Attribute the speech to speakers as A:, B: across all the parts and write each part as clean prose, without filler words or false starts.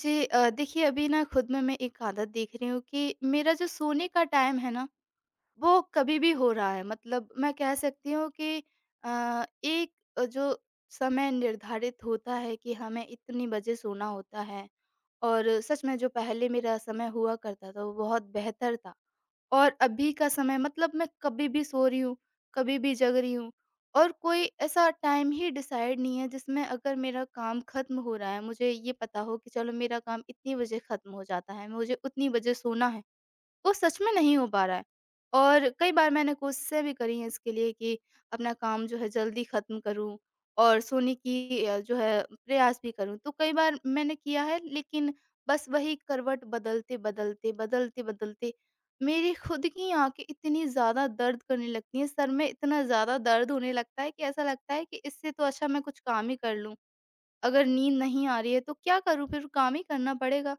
A: जी। देखिए अभी ना खुद में मैं एक आदत देख रही हूँ कि मेरा जो सोने का टाइम है ना, वो कभी भी हो रहा है। मतलब मैं कह सकती हूँ कि एक जो समय निर्धारित होता है कि हमें इतनी बजे सोना होता है। और सच में जो पहले मेरा समय हुआ करता था वो बहुत बेहतर था। और अभी का समय मतलब मैं कभी भी सो रही हूँ, कभी भी जग रही हूँ। और कोई ऐसा टाइम ही डिसाइड नहीं है जिसमें अगर मेरा काम ख़त्म हो रहा है, मुझे ये पता हो कि चलो मेरा काम इतनी बजे ख़त्म हो जाता है, मुझे उतनी बजे सोना है। वो सच में नहीं हो पा रहा है। और कई बार मैंने कोशिशें भी करी हैं इसके लिए कि अपना काम जो है जल्दी ख़त्म करूँ और सोने की जो है प्रयास भी करूँ। तो कई बार मैंने किया है लेकिन बस वही करवट बदलते-बदलते, बदलते-बदलते मेरी खुद की आँखें इतनी ज़्यादा दर्द करने लगती हैं, सर में इतना ज़्यादा दर्द होने लगता है कि ऐसा लगता है कि इससे तो अच्छा मैं कुछ काम ही कर लूँ। अगर नींद नहीं आ रही है तो क्या करूँ? फिर काम ही करना पड़ेगा।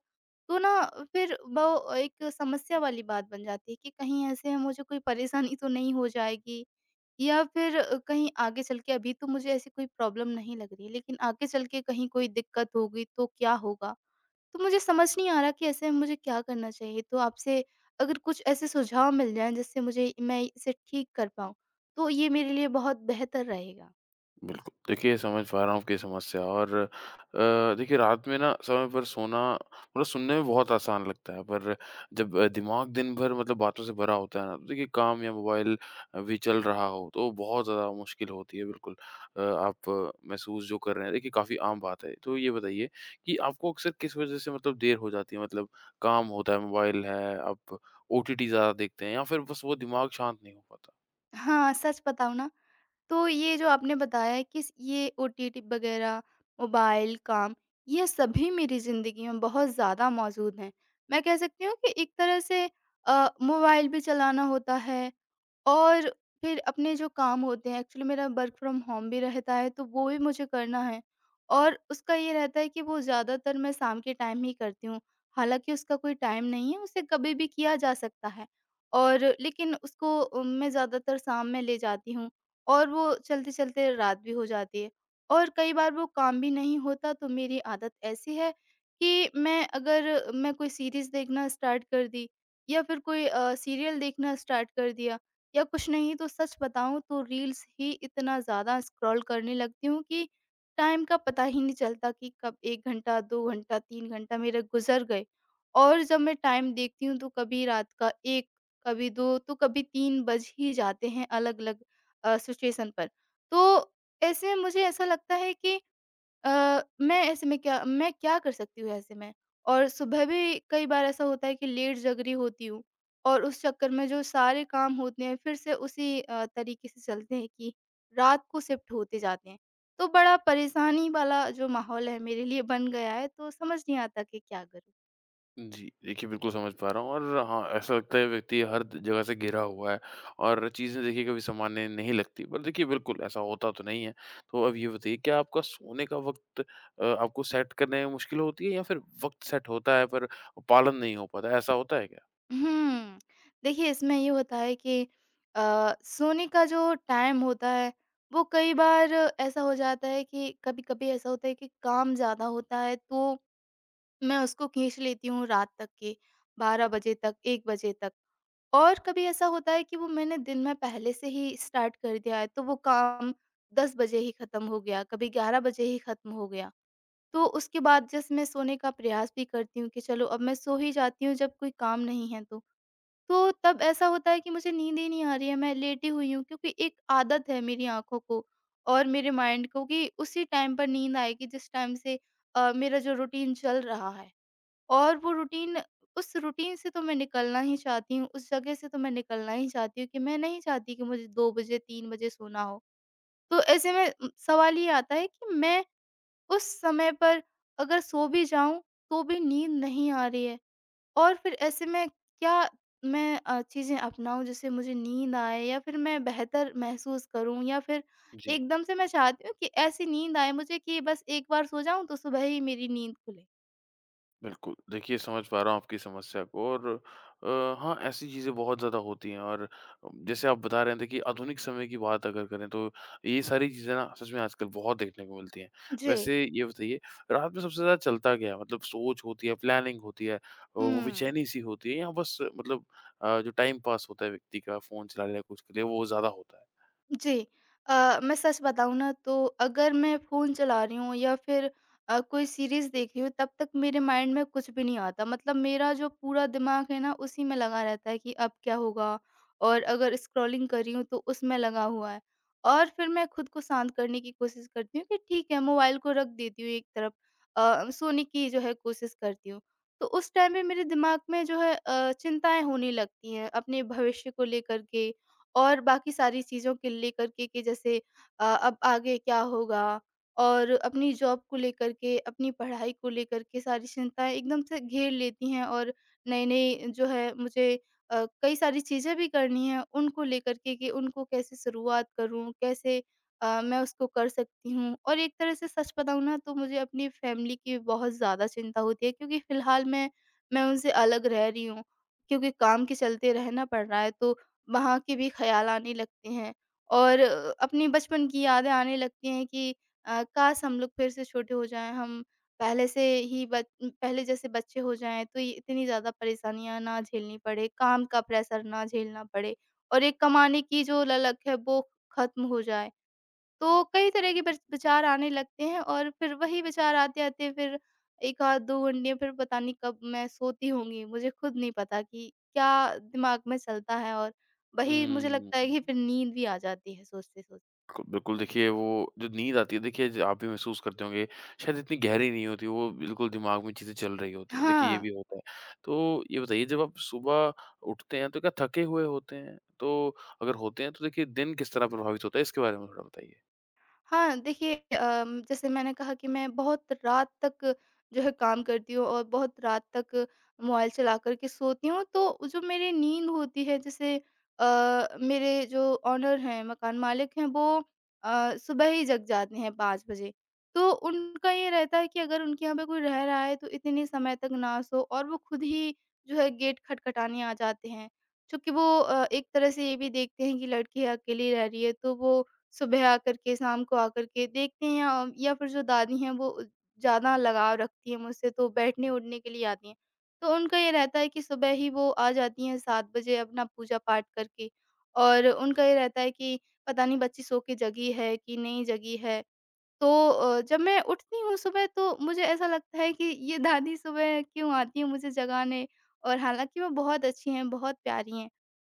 A: तो ना, फिर वो एक समस्या वाली बात बन जाती है कि कहीं ऐसे मुझे कोई परेशानी तो नहीं हो जाएगी, या फिर कहीं आगे चल के अभी तो मुझे ऐसी कोई प्रॉब्लम नहीं लग रही है, लेकिन आगे चल के कहीं कोई दिक्कत होगी तो क्या होगा? तो मुझे समझ नहीं आ रहा कि ऐसे में मुझे क्या करना चाहिए? तो आपसे अगर कुछ ऐसे सुझाव मिल जाएँ जिससे मुझे मैं इसे ठीक कर पाऊँ, तो ये मेरे लिए बहुत बेहतर रहेगा।
B: बिल्कुल। देखिए, समझ पा रहा हूँ आपकी समस्या, और देखिए, रात में ना समय पर सोना, मतलब सुनने में बहुत आसान लगता है, पर जब दिमाग दिन भर मतलब बातों से भरा होता है ना, तो देखिए काम या मोबाइल भी चल रहा हो तो बहुत ज़्यादा मुश्किल होती है, बिल्कुल। आप महसूस जो कर रहे हैं, देखिए काफ़ी आम बात है। तो ये बताइए कि आपको अक्सर किस वज़ह से मतलब देर हो जाती है? मतलब काम होता है, मोबाइल है, आप ओटीटी ज़्यादा देखते हैं, या फिर बस वो दिमाग शांत नहीं हो पाता?
A: हाँ, सच बताऊँ ना, तो ये जो आपने बताया कि स ये ओटीटी वगैरह, मोबाइल, काम, ये सभी मेरी ज़िंदगी में बहुत ज़्यादा मौजूद हैं। मैं कह सकती हूँ कि एक तरह से मोबाइल भी चलाना होता है और फिर अपने जो काम होते हैं एक्चुअली मेरा वर्क फ्रॉम होम भी रहता है तो वो भी मुझे करना है, और उसका ये रहता है कि वो ज़्यादातर मैं शाम के टाइम ही करती हूँ। हालाँकि उसका कोई टाइम नहीं है, उसे कभी भी किया जा सकता है, और लेकिन उसको मैं ज़्यादातर शाम में ले जाती हूँ और वो चलते-चलते रात भी हो जाती है। और कई बार वो काम भी नहीं होता तो मेरी आदत ऐसी है कि मैं अगर मैं कोई सीरीज़ देखना स्टार्ट कर दी या फिर कोई सीरियल देखना स्टार्ट कर दिया, या कुछ नहीं तो सच बताऊँ तो रील्स ही इतना ज़्यादा स्क्रॉल करने लगती हूँ कि टाइम का पता ही नहीं चलता कि कब 1 घंटा, 2 घंटा, 3 घंटा मेरे गुज़र गए। और जब मैं टाइम देखती हूँ तो कभी रात का 1, कभी 2 तो कभी 3 बज ही जाते हैं अलग-अलग सिचुएशन पर। तो ऐसे में मुझे ऐसा लगता है कि मैं क्या कर सकती हूँ ऐसे में? और सुबह भी कई बार ऐसा होता है कि लेट जग रही होती हूँ, और उस चक्कर में जो सारे काम होते हैं फिर से उसी तरीके से चलते हैं कि रात को शिफ्ट होते जाते हैं। तो बड़ा परेशानी वाला जो माहौल है मेरे लिए बन गया है, तो समझ नहीं आता कि क्या करूँ?
B: जी, देखिए बिल्कुल समझ पा रहा हूँ। और हाँ, ऐसा लगता है व्यक्ति हर द जगह से घिरा हुआ है और चीज़ें देखिए कभी सामान्य नहीं लगती। पर देखिए बिल्कुल ऐसा होता तो नहीं है। तो अब ये बताइए, क्या आपका सोने का वक़्त आपको सेट करने में मुश्किल होती है, या फिर वक़्त सेट होता है पर पालन नहीं हो पाता है? ऐसा होता है क्या?
A: हुँ, देखिए इसमें ये होता है कि सोने का जो टाइम होता है वो कई बार ऐसा हो जाता है कि कभी-कभी ऐसा होता है कि काम ज़्यादा होता है तो मैं उसको खींच लेती हूँ रात तक के 12 बजे तक, 1 बजे तक। और कभी ऐसा होता है कि वो मैंने दिन में पहले से ही स्टार्ट कर दिया है, तो वो काम 10 बजे ही खत्म हो गया, कभी 11 बजे ही खत्म हो गया। तो उसके बाद जस्ट मैं सोने का प्रयास भी करती हूँ कि चलो अब मैं सो ही जाती हूँ जब कोई काम नहीं है तो। तो तब ऐसा होता है कि मुझे नींद ही नहीं आ रही है, मैं लेटी हुई हूँ, क्योंकि एक आदत है मेरी आँखों को और मेरे माइंड को कि उसी टाइम पर नींद आएगी जिस टाइम से मेरा जो रूटीन चल रहा है। और वो रूटीन, उस रूटीन से तो मैं निकलना ही चाहती हूँ, उस जगह से तो मैं निकलना ही चाहती हूँ कि मैं नहीं चाहती कि मुझे 2 बजे 3 बजे सोना हो। तो ऐसे में सवाल ये आता है कि मैं उस समय पर अगर सो भी जाऊँ, तो भी नींद नहीं आ रही है, और फिर ऐसे में क्या मैं चीज़ें अपनाऊँ जिससे मुझे नींद आए, या फिर मैं बेहतर महसूस करूँ, या फिर
B: जी।
A: एकदम से मैं चाहती हूँ कि ऐसी नींद आए मुझे कि बस एक बार सो जाऊँ तो सुबह ही मेरी नींद खुले।
B: बिल्कुल, देखिए समझ पा रहा हूँ आपकी समस्या को, और अ, हाँ, ऐसी चीज़ें बहुत ज़्यादा होती हैं। और जैसे आप बता रहे थे कि आधुनिक समय की बात अगर करें, तो ये सारी चीज़ें ना सच में आजकल बहुत देखने को मिलती हैं।
A: जी।
B: वैसे ये बताइए, रात में सबसे ज़्यादा चलता क्या है? मतलब सोच होती है, प्लानिंग होती है, वो
A: हुँ।
B: बेचैनी-सी होती है, या बस मतलब जो टाइम पास होता है व्यक्ति का, फ़ोन चला लिया कुछ के लिए, वो ज़्यादा होता है?
A: जी। मैं सच बताऊँ ना, तो अगर मैं फ़ोन चला रही हूँ या फिर कोई सीरीज़ देख रही हूँ तब तक मेरे माइंड में कुछ भी नहीं आता। मतलब मेरा जो पूरा दिमाग है ना उसी में लगा रहता है कि अब क्या होगा? और अगर स्क्रॉलिंग कर रही हूँ तो उसमें लगा हुआ है। और फिर मैं खुद को शांत करने की कोशिश करती हूँ कि ठीक है, मोबाइल को रख देती हूँ एक तरफ, सोने की जो है कोशिश करती हूँ। तो उस टाइम पे मेरे दिमाग में जो है चिंताएँ होने लगती हैं अपने भविष्य को लेकर के और बाकी सारी चीज़ों को लेकर के कि जैसे अब आगे क्या होगा, और अपनी जॉब को लेकर के, अपनी पढ़ाई को लेकर के सारी चिंताएँ एकदम से घेर लेती हैं, और नई-नई जो है मुझे कई सारी चीज़ें भी करनी हैं उनको लेकर के कि उनको कैसे शुरुआत करूँ, कैसे मैं उसको कर सकती हूँ। और एक तरह से सच बताऊँ ना, तो मुझे अपनी फैमिली की बहुत ज़्यादा चिंता होती है, क्योंकि फ़िलहाल मैं उनसे अलग रह रही हूँ, क्योंकि काम के चलते रहना पड़ रहा है तो वहाँ के भी ख़्याल आने लगते हैं, और अपने बचपन की यादें आने लगती हैं कि काश हम लोग फिर से छोटे हो जाएँ, हम पहले से ही बच पहले जैसे बच्चे हो जाएँ, तो ये इतनी ज़्यादा परेशानियाँ ना झेलनी पड़े, काम का प्रेशर ना झेलना पड़े, और एक कमाने की जो ललक है, वो ख़त्म हो जाए। तो कई तरह के विचार आने लगते हैं, और फिर वही विचार आते-आते फिर 1 आध 2 घंटे, फिर पता नहीं कब मैं सोती होंगी, मुझे खुद नहीं पता कि क्या दिमाग में चलता है, और वही मुझे
B: हुँ।
A: लगता है कि फिर नींद भी आ जाती है सोचते-सोचते।
B: बिल्कुल बिल्कुल, देखिए वो जो नींद आती है, देखिए ज आप भी महसूस करते होंगे, शायद इतनी गहरी नहीं होती वो, बिल्कुल दिमाग में चीज़ें चल रही होती हैं। देखिए ये भी
A: हाँ।
B: होता है। तो ये बताइए, जब आप सुबह उठते हैं तो क्या थके हुए होते हैं? तो अगर होते हैं, तो देखिए दिन किस तरह प्रभावित होता है, इसके बारे में थोड़ा बताइए?
A: हाँ, देखिए जैसे मैंने कहा कि मैं बहुत रात तक जो है काम करती हूँ और बहुत रात तक मोबाइल चला कर के सोती हूँ, तो जो मेरी नींद होती है जैसे मेरे जो ओनर हैं, मकान मालिक हैं, वो सुबह ही जग जाते हैं 5 बजे। तो उनका ये रहता है कि अगर उनके यहाँ पे कोई रह रहा है तो इतने समय तक ना सो, और वो खुद ही जो है गेट खटखटाने आ जाते हैं। चूँकि वो एक तरह से ये भी देखते हैं कि लड़की अकेली रह रही है तो वो सुबह आकर के, शाम को आकर के देखते हैं, या फिर जो दादी हैं वो ज़्यादा लगाव रखती हैं मुझसे तो बैठने-उठने के लिए आती हैं। तो उनका ये रहता है कि सुबह ही वो आ जाती हैं 7 बजे अपना पूजा-पाठ करके, और उनका ये रहता है कि पता नहीं बच्ची सो के जगी है कि नहीं जगी है। तो जब मैं उठती हूँ सुबह तो मुझे ऐसा लगता है कि ये दादी सुबह क्यों आती है मुझे जगाने, और हालाँकि वो बहुत अच्छी हैं, बहुत प्यारी हैं।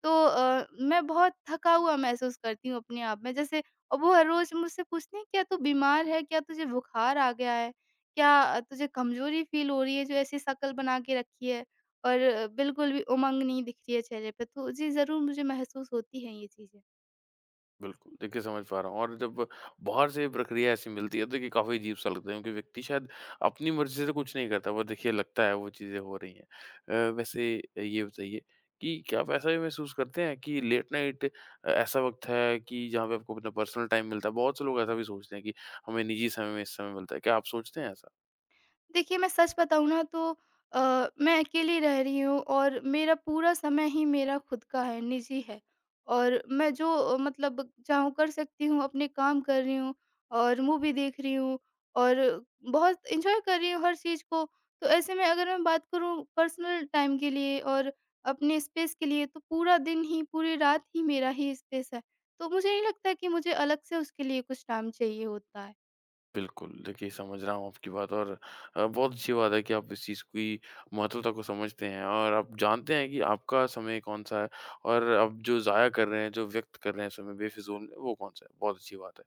A: तो मैं बहुत थका हुआ महसूस करती हूँ अपने आप में जैसे, और वो हर रोज़ मुझसे पूछती हैं, "क्या तू बीमार है? क्या तुझे बुखार आ गया है? क्या तुझे कमज़ोरी फ़ील हो रही है जो ऐसी शक्ल बना के रखी है, और बिल्कुल भी उमंग नहीं दिख रही है चेहरे पे?" तो जी, ज़रूर मुझे महसूस होती हैं ये चीज़ें।
B: बिल्कुल, देखिए समझ पा रहा हूँ। और जब बाहर से प्रक्रिया ऐसी मिलती है, तो देखिए काफ़ी अजीब-सा लगता है, क्योंकि व्यक्ति शायद अपनी मर्ज़ी से कुछ नहीं करता, पर देखिए लगता है वो चीज़ें हो रही हैं। वैसे ये बताइए कि क्या आप ऐसा भी महसूस करते हैं कि लेट नाइट ऐसा वक़्त है कि जहाँ पे आपको अपना पर्सनल टाइम मिलता है? बहुत से लोग ऐसा भी सोचते हैं कि हमें निजी समय में इस समय मिलता है। क्या आप सोचते हैं ऐसा?
A: देखिए, मैं सच बताऊँ ना, तो मैं अकेली रह रही हूँ, और मेरा पूरा समय ही मेरा खुद का है, निजी है, और मैं जो मतलब चाहूँ कर सकती हूँ, अपने काम कर रही हूँ, और मूवी देख रही हूँ, और बहुत एन्जॉय कर रही हूँ हर चीज़ को। तो ऐसे में अगर मैं बात करूँ पर्सनल टाइम के लिए और अपने स्पेस के लिए, तो पूरा दिन ही, पूरी रात ही मेरा ही स्पेस है। तो मुझे नहीं लगता कि मुझे अलग से उसके लिए कुछ टाइम चाहिए होता है।
B: बिल्कुल, देखिए समझ रहा हूँ आपकी बात। और बहुत अच्छी बात है कि आप इस चीज़ की महत्वता को समझते हैं, और आप जानते हैं कि आपका समय कौन-सा है, और आप जो ज़ाया कर रहे हैं, जो व्यक्त कर रहे हैं समय बेफिज़ूल में, वो कौन-सा है। बहुत अच्छी बात है।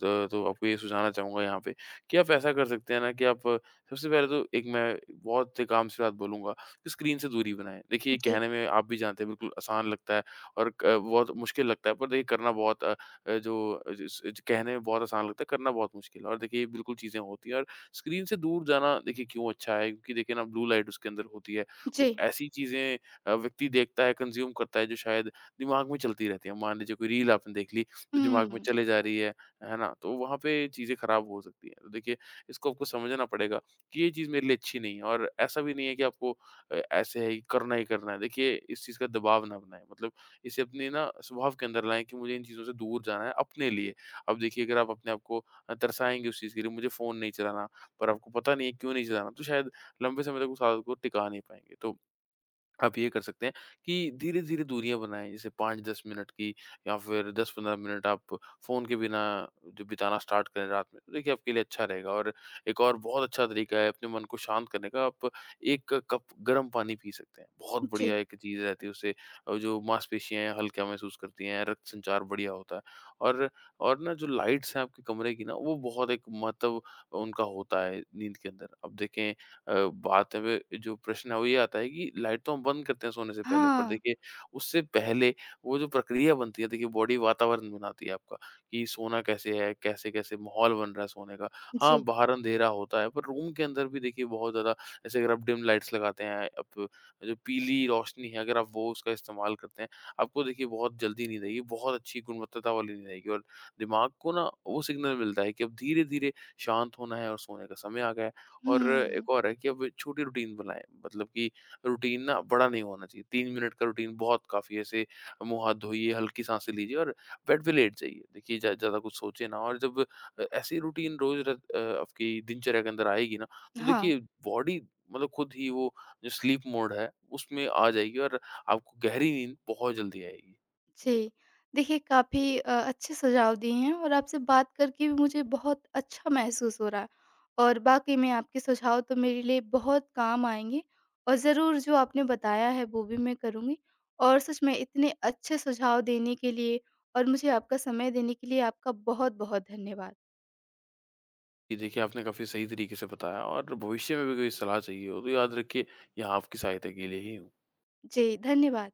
B: तो आपको ये सुझाना चाहूँगा यहाँ पे, कि आप ऐसा कर सकते हैं ना, कि आप सबसे पहले तो, एक मैं बहुत एक आम सी बात बोलूँगा, कि स्क्रीन से दूरी बनाएँ। देखिए ये
A: जी।
B: कहने में आप भी जानते हैं बिल्कुल आसान लगता है, और क बहुत मुश्किल लगता है, पर देखिए करना बहुत अ, अ, जो जिस ज कहने में बहुत आसान लगता है, करना बहुत मुश्किल है। और देखिए ये बिल्कुल चीज़ें होती हैं। और स्क्रीन से दूर जाना, देखिए क्यों अच्छा है? क्योंकि देखिए ना, ब्लू लाइट उसके अंदर होती है।
A: जी।
B: कुछ ऐसी चीज़ें व्यक्ति देखता है, कंज़्यूम करता है, जो शायद दिमाग में चलती रहती हैं। मान लीजिए कोई रील आपने देख ली, जो दिमाग में
A: हुँ,
B: चले जा रही है ना? तो वहाँ पे चीज़ें खराब हो सकती हैं। तो देखिए इसको आपको समझना पड़ेगा कि ये चीज़ मेरे लिए अच्छी नहीं है। और ऐसा भी नहीं है कि आपको ऐसे है, कि करना ही करना है। देखिए इस चीज़ का दबाव ना बनाएँ, मतलब इसे अपने ना स्वभाव के अंदर लाएँ कि मुझे इन चीज़ों से दूर जाना है अपने लिए। अब देखिए, अगर आप अपने आप को तरसाएँगे उस चीज़ के लिए, मुझे फ़ोन नहीं चलाना, पर आपको पता नहीं है क्यों नहीं चलाना, तो शायद लंबे समय तक उस आदत को टिका नहीं पाएँगे। तो आप ये कर सकते हैं कि धीरे-धीरे दूरियाँ बनाएँ, जैसे 5-10 मिनट की, या फिर 10-15 मिनट आप फ़ोन के बिना जो बिताना स्टार्ट करें रात में, तो देखिए आपके लिए अच्छा रहेगा। और एक और बहुत अच्छा तरीका है अपने मन को शांत करने का, आप 1 कप गर्म पानी पी सकते हैं।
A: जी।
B: बहुत बढ़िया
A: जी।
B: एक चीज़ रहती है, उससे जो मांसपेशियाँ हैं, हल्का महसूस करती हैं, रक्त संचार बढ़िया होता है। और और ना, जो लाइट्स हैं आपके कमरे की ना, वो बहुत एक महत्व उनका होता है नींद के अंदर। अब देखें अ, बात है, वे जो प्रश्न है वो ये आता है कि लाइट तो हम बंद करते हैं सोने से पहले, पर
A: हाँ,
B: देखिए उससे पहले वो जो प्रक्रिया बनती है, देखिए बॉडी वातावरण बनाती है आपका, कि सोना कैसे है, कैसे-कैसे माहौल बन रहा है सोने का। हाँ,
A: जी।
B: बाहर अंधेरा होता है, पर रूम के अंदर भी देखिए बहुत ज़्यादा, जैसे अगर आप डिम लाइट्स लगाते हैं, आप जो पीली रोशनी है अगर आप वो उसका इस्तेमाल करते हैं, आपको देखिए बहुत जल्दी नींद आएगी, बहुत अच्छी गुणवत्ता वाली नींद आएगी, और दिमाग को ना वो सिग्नल मिलता है कि अब धीरे-धीरे शांत होना है और सोने का समय आ गया है। और
A: हुँ,
B: एक और है कि अब छोटी रूटीन बनाएँ, मतलब कि रूटीन ना बड़ा नहीं होना चाहिए। 3 मिनट का रूटीन बहुत काफ़ी है, ऐसे मुँह-हाथ धोइए, हल्की सांसें लीजिए और बेड पे लेट जाइए। देखिए ज़्यादा कुछ सोचिए ना, और जब ऐसी रूटीन रोज़ आपकी दिनचर्या के अंदर आएगी ना, तो
A: हाँ,
B: देखिए बॉडी, मतलब खुद ही वो जो स्लीप मोड है, उसमें आ जाएगी और आपको गहरी नींद बहुत जल्दी आएगी।
A: जी। देखिए काफ़ी अच्छे सुझाव दिए हैं, और आपसे बात करके भी मुझे बहुत अच्छा महसूस हो रहा है, और वाक़ई में आपके सुझाव तो मेरे लिए बहुत काम आएँगे, और ज़रूर जो आपने बताया है वो भी मैं करूँगी, और सच में इतने अच्छे सुझाव देने के लिए और मुझे आपका समय देने के लिए आपका बहुत-बहुत धन्यवाद।
B: जी, देखिए आपने काफ़ी सही तरीके से बताया। और भविष्य में भी कोई सलाह चाहिए हो, तो याद रखिए यहाँ आपकी सहायता के लिए ही हूँ।
A: जी, धन्यवाद।